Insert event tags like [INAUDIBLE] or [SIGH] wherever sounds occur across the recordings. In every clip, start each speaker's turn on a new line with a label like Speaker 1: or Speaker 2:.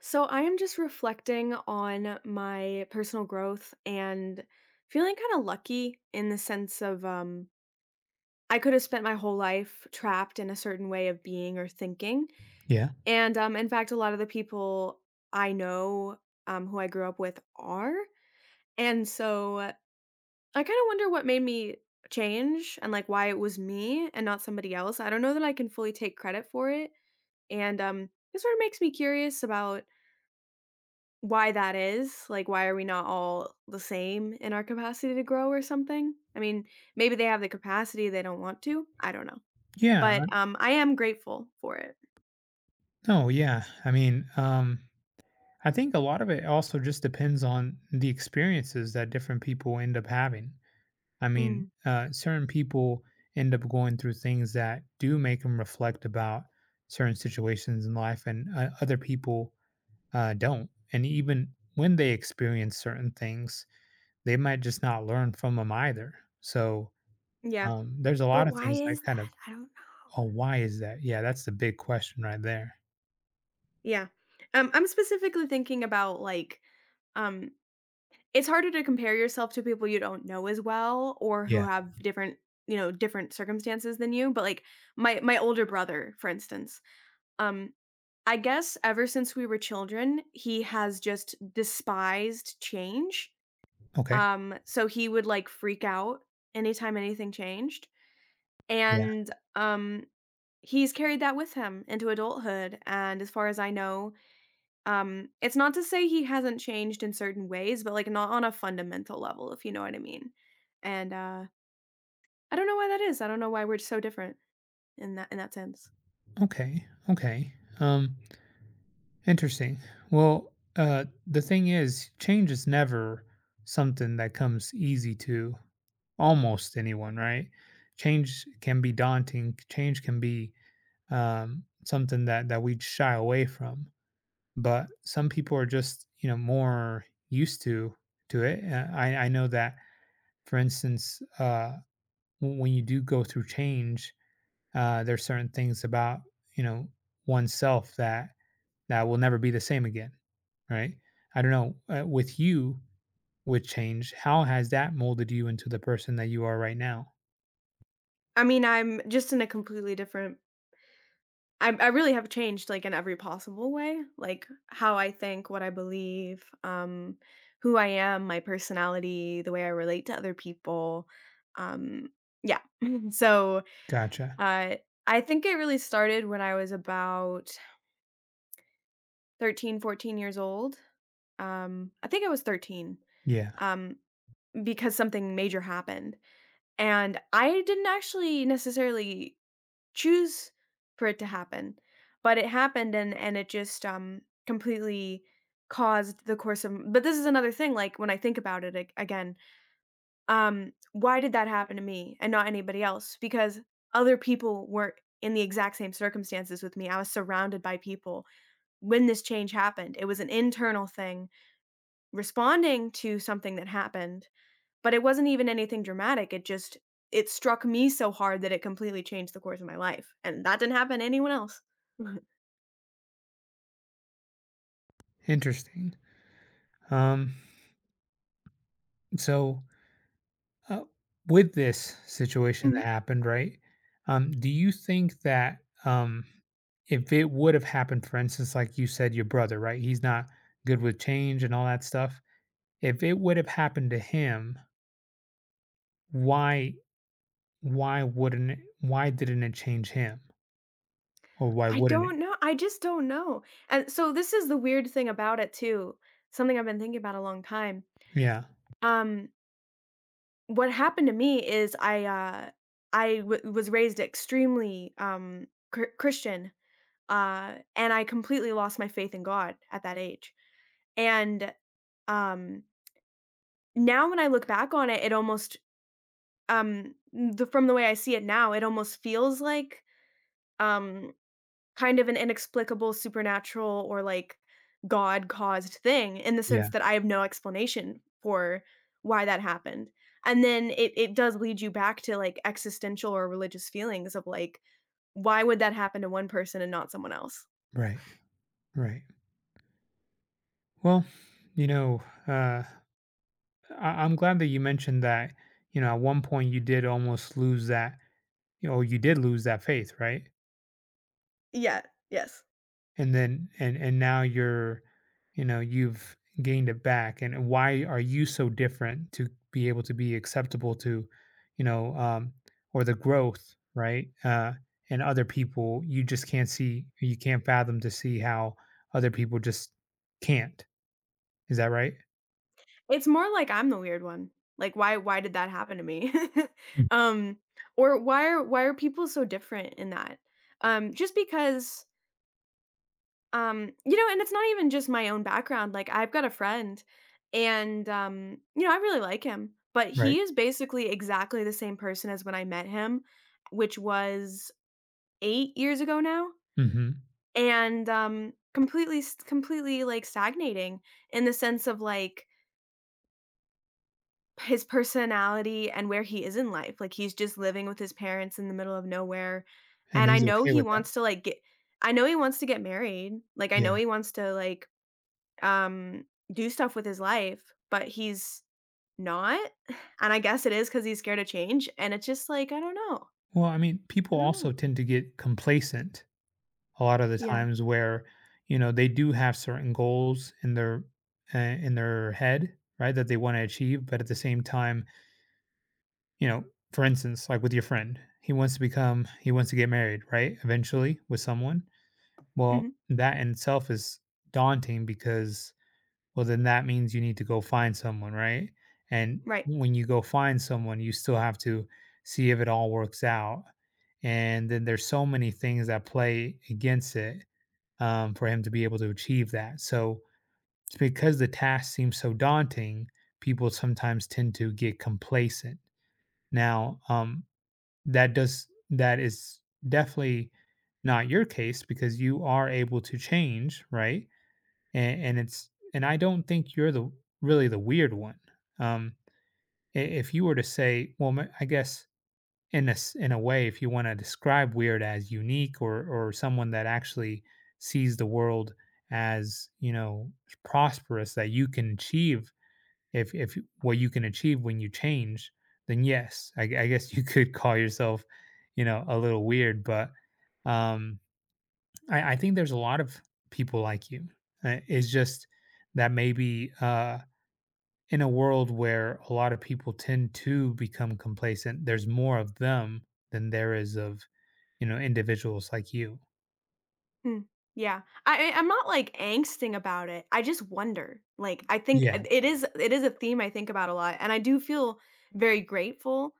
Speaker 1: So I am just reflecting on my personal growth and feeling kind of lucky in the sense of I could have spent my whole life trapped in a certain way of being or thinking.
Speaker 2: Yeah.
Speaker 1: And in fact a lot of the people I know who I grew up with are. And so I kind of wonder what made me change and like why it was me and not somebody else. I don't know that I can fully take credit for it. And it sort of makes me curious about why that is. Like, why are we not all the same in our capacity to grow or something? I mean, maybe they have the capacity, they don't want to, I don't know.
Speaker 2: Yeah.
Speaker 1: But, I am grateful for it.
Speaker 2: No, yeah. I mean, I think a lot of it also just depends on the experiences that different people end up having. I mean,
Speaker 1: Mm,
Speaker 2: certain people end up going through things that do make them reflect about certain situations in life, and other people don't. And even when they experience certain things, they might just not learn from them either. So
Speaker 1: yeah.
Speaker 2: there's a lot
Speaker 1: But
Speaker 2: of
Speaker 1: why
Speaker 2: things that
Speaker 1: is that? I don't know.
Speaker 2: oh, why is that? Yeah, that's the big question right there.
Speaker 1: Yeah. I'm specifically thinking about, like, um, it's harder to compare yourself to people you don't know as well or who
Speaker 2: Yeah.
Speaker 1: have different circumstances than you, but, like, my older brother, for instance, um I guess ever since we were children, he has just despised change.
Speaker 2: Okay.
Speaker 1: So he would like freak out anytime anything changed.
Speaker 2: Yeah.
Speaker 1: And he's carried that with him into adulthood. And as far as I know, it's not to say he hasn't changed in certain ways, but like not on a fundamental level, if you know what I mean. And I don't know why that is. I don't know why we're so different in that sense.
Speaker 2: Okay. Okay. Um, interesting. Well, the thing is, change is never something that comes easy to almost anyone, right? Change can be daunting. Change can be something that we shy away from. But some people are just, you know, more used to it. I know that, for instance, when you do go through change, there's certain things about, you know, oneself that will never be the same again, right? I don't know, with you with change, how has that molded you into the person that you are right now?
Speaker 1: I mean, I'm just in a completely different. I really have changed, like, in every possible way, like, how I think, what I believe, who I am, my personality, the way I relate to other people, um, yeah. [LAUGHS] So,
Speaker 2: Gotcha.
Speaker 1: uh, I think it really started when I was about 13, 14 years old, I think I was 13,
Speaker 2: Yeah.
Speaker 1: um, because something major happened, and I didn't actually necessarily choose for it to happen. But it happened, and it just, completely caused the course of. But this is another thing, like, when I think about it ag again, why did that happen to me and not anybody else? Because other people were in the exact same circumstances with me. I was surrounded by people when this change happened. It was an internal thing responding to something that happened, but it wasn't even anything dramatic, it struck me so hard that it completely changed the course of my life, and that didn't happen to anyone else. Mhm.
Speaker 2: Interesting. Um, so uh, with this situation that
Speaker 1: Mhm.
Speaker 2: happened, right? Do you think that, um, if it would have happened, for instance, like you said, your brother, right? He's not good with change and all that stuff. If it would have happened to him, why why wouldn't it, why didn't it change him? Or why
Speaker 1: [LAUGHS] I
Speaker 2: wouldn't it?
Speaker 1: don't know, I just don't know, and so this is the weird thing about it too, something I've been thinking about a long time.
Speaker 2: Yeah.
Speaker 1: Um, what happened to me is I w was raised extremely, Christian, and I completely lost my faith in God at that age, and, um, now when I look back on it, it almost. The From the way I see it now, it almost feels like, um, kind of an inexplicable supernatural or, like, God-caused thing in the
Speaker 2: Yeah.
Speaker 1: sense that I have no explanation for why that happened, and then it does lead you back to, like, existential or religious feelings of, like, why would that happen to one person and not someone else?
Speaker 2: Right. Right. Well, you know, uh, I'm glad that you mentioned that, you know, at one point you did almost lose that, you know, you did lose that faith, right?
Speaker 1: Yeah, yes.
Speaker 2: And now you're, you know, you've gained it back. And why are you so different to be able to be acceptable to, you know, or the growth, right? And other people, you just can't see, you can't fathom to see how other people just can't. Is that right?
Speaker 1: It's more like I'm the weird one. Like, why did that happen to me?
Speaker 2: Mm,
Speaker 1: [LAUGHS] um, or why are people so different in that? Just because and it's not even just my own background. Like, I've got a friend, and I really like him, but
Speaker 2: right.
Speaker 1: he is basically exactly the same person as when I met him, which was 8 years ago now,
Speaker 2: Mhm,
Speaker 1: and completely, completely like stagnating in the sense of like his personality and where he is in life. Like, he's just living with his parents in the middle of nowhere,
Speaker 2: and
Speaker 1: and I
Speaker 2: he's
Speaker 1: know
Speaker 2: okay
Speaker 1: he
Speaker 2: with that.
Speaker 1: wants to, like, get married. Like, I know
Speaker 2: Yeah.
Speaker 1: he wants to, like, um, do stuff with his life, but he's not, [SIGHS] and I guess it is because he's scared of change, and it's just like, I don't know.
Speaker 2: Well, I mean,
Speaker 1: I
Speaker 2: people
Speaker 1: don't know.
Speaker 2: also tend to get complacent a lot of the
Speaker 1: Yeah.
Speaker 2: times where, you know, they do have certain goals in their head, right, that they wanna achieve, but at the same time, you know, for instance, like with your friend, he wants to get married, right, eventually with someone. Well,
Speaker 1: Mhm.
Speaker 2: that in itself is daunting because, well, then that means you need to go find someone, right? And
Speaker 1: Right.
Speaker 2: when you go find someone, you still have to see if it all works out. And then there's so many things that play against it, for him to be able to achieve that. So it's because the task seems so daunting, people sometimes tend to get complacent. Now, that is definitely not your case because you are able to change, right? And it's, and I don't think you're the really the weird one. Um, if you were to say, well, I guess in in a way, if you want to describe weird as unique or someone that actually sees the world as, you know, prosperous that you can achieve, if what you can achieve when you change, then yes, I guess [LAUGHS] you could call yourself, you know, a little weird, but um I think there's a lot of people like you. It's just that maybe in a world where a lot of people tend to become complacent, there's more of them than there is of, you know, individuals like you.
Speaker 1: Mm. Yeah. I'm not, like, angsting about it. I just wonder. Like, I think
Speaker 2: Yeah,
Speaker 1: it is a theme I think about a lot, and I do feel very grateful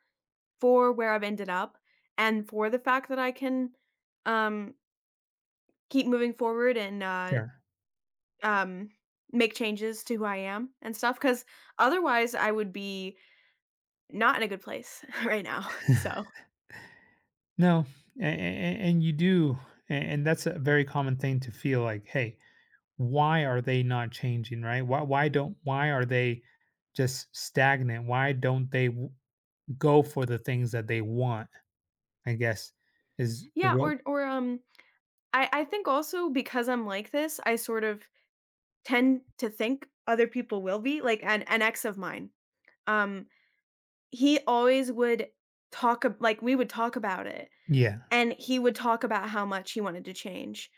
Speaker 1: for where I've ended up and for the fact that I can, um, keep moving forward and,
Speaker 2: sure.
Speaker 1: um, make changes to who I am and stuff, because otherwise I would be not in a good place [LAUGHS] right now. So,
Speaker 2: No, and you do, and that's a very common thing to feel like, hey, why are they not changing, right? Why don't why are they just stagnant? Why don't they w- go for the things that they want? I guess is the
Speaker 1: yeah,
Speaker 2: real,
Speaker 1: or, I think also because I'm like this, I sort of tend to think other people will be, like, an ex of mine, um, he always would talk ab like, we would talk about it,
Speaker 2: yeah,
Speaker 1: and he would talk about how much he wanted to change,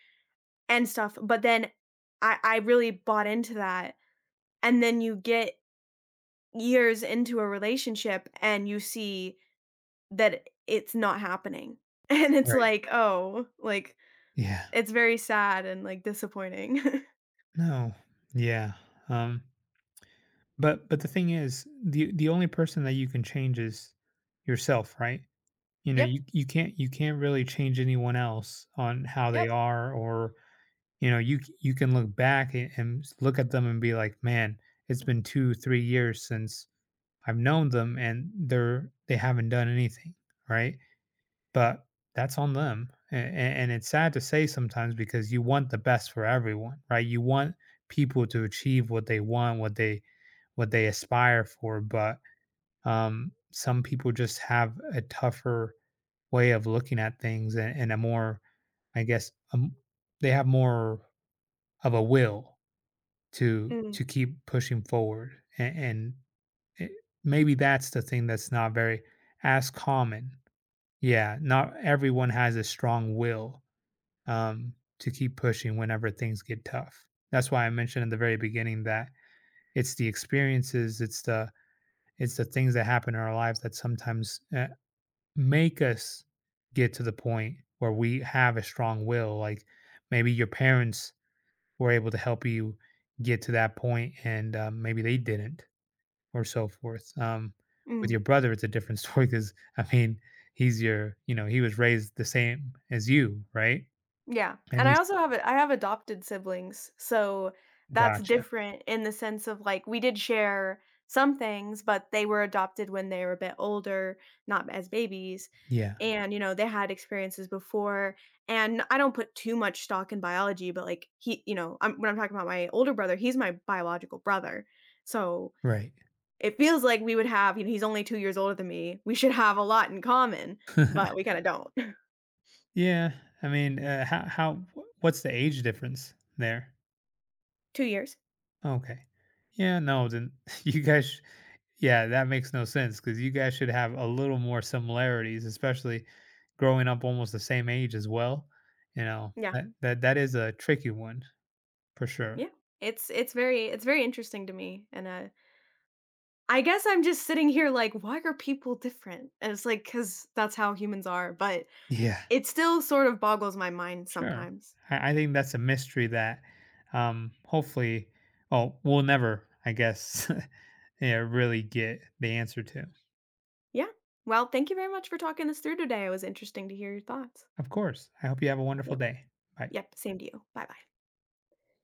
Speaker 1: and stuff. But then I really bought into that. And then you get years into a relationship and you see that it's not happening. [LAUGHS] And it's
Speaker 2: right.
Speaker 1: like, oh, like
Speaker 2: Yeah.
Speaker 1: it's very sad and like disappointing. [LAUGHS]
Speaker 2: No. Yeah. Um, but the thing is, the only person that you can change is yourself, right? You know,
Speaker 1: Yep.
Speaker 2: you can't really change anyone else on how they
Speaker 1: Yep.
Speaker 2: are, or, you know, you can look back look at them and be like, man, it's been two three years since I've known them, and they haven't done anything, right? But that's on them. And it's sad to say sometimes because you want the best for everyone, right? You want people to achieve what they want, what they aspire for, but some people just have a tougher way of looking at things, and a more, I guess, they have more of a will to
Speaker 1: Mm,
Speaker 2: keep pushing forward, and it, maybe that's the thing that's not very as common. Yeah, not everyone has a strong will, um, to keep pushing whenever things get tough. That's why I mentioned in the very beginning that it's the experiences, it's the things that happen in our lives that sometimes make us get to the point where we have a strong will. Like maybe your parents were able to help you get to that point, and maybe they didn't, or so forth. With your
Speaker 1: mm.
Speaker 2: brother, it's a different [LAUGHS] story because I mean, he's your, you know, he was raised the same as you, right?
Speaker 1: Yeah,
Speaker 2: And
Speaker 1: and I
Speaker 2: he's
Speaker 1: also have a I have adopted siblings, so that's
Speaker 2: gotcha,
Speaker 1: different in the sense of, like, we did share some things, but they were adopted when they were a bit older, not as babies,
Speaker 2: yeah.
Speaker 1: and, you know, they had experiences before, and I don't put too much stock in biology, but, like, he you know, I'm when I'm talking about my older brother, he's my biological brother, so
Speaker 2: Right.
Speaker 1: it feels like we would have, he's only 2 years older than me, we should have a lot in common, but
Speaker 2: [LAUGHS]
Speaker 1: we kinda don't. [LAUGHS]
Speaker 2: Yeah. I mean, what's the age difference there?
Speaker 1: 2 years.
Speaker 2: Okay. Yeah. No. Then [LAUGHS] you guys. Yeah, that makes no sense because you guys should have a little more similarities, especially growing up almost the same age as well. You know
Speaker 1: Yeah.
Speaker 2: that is a tricky one for sure.
Speaker 1: Yeah. It's very interesting to me, and, I guess I'm just sitting here like, "Why are people different?" And it's because that's how humans are, but
Speaker 2: Yeah.
Speaker 1: it still sort of boggles my mind
Speaker 2: Sure.
Speaker 1: sometimes.
Speaker 2: I think that's a mystery that hopefully oh we'll never, I guess, [LAUGHS] yeah, really get the answer to.
Speaker 1: Yeah. Well, thank you very much for talking this through today, it was interesting to hear your thoughts.
Speaker 2: Of course. I hope you have a wonderful
Speaker 1: Yep.
Speaker 2: day. Bye.
Speaker 1: Yep, same to you. Bye-bye.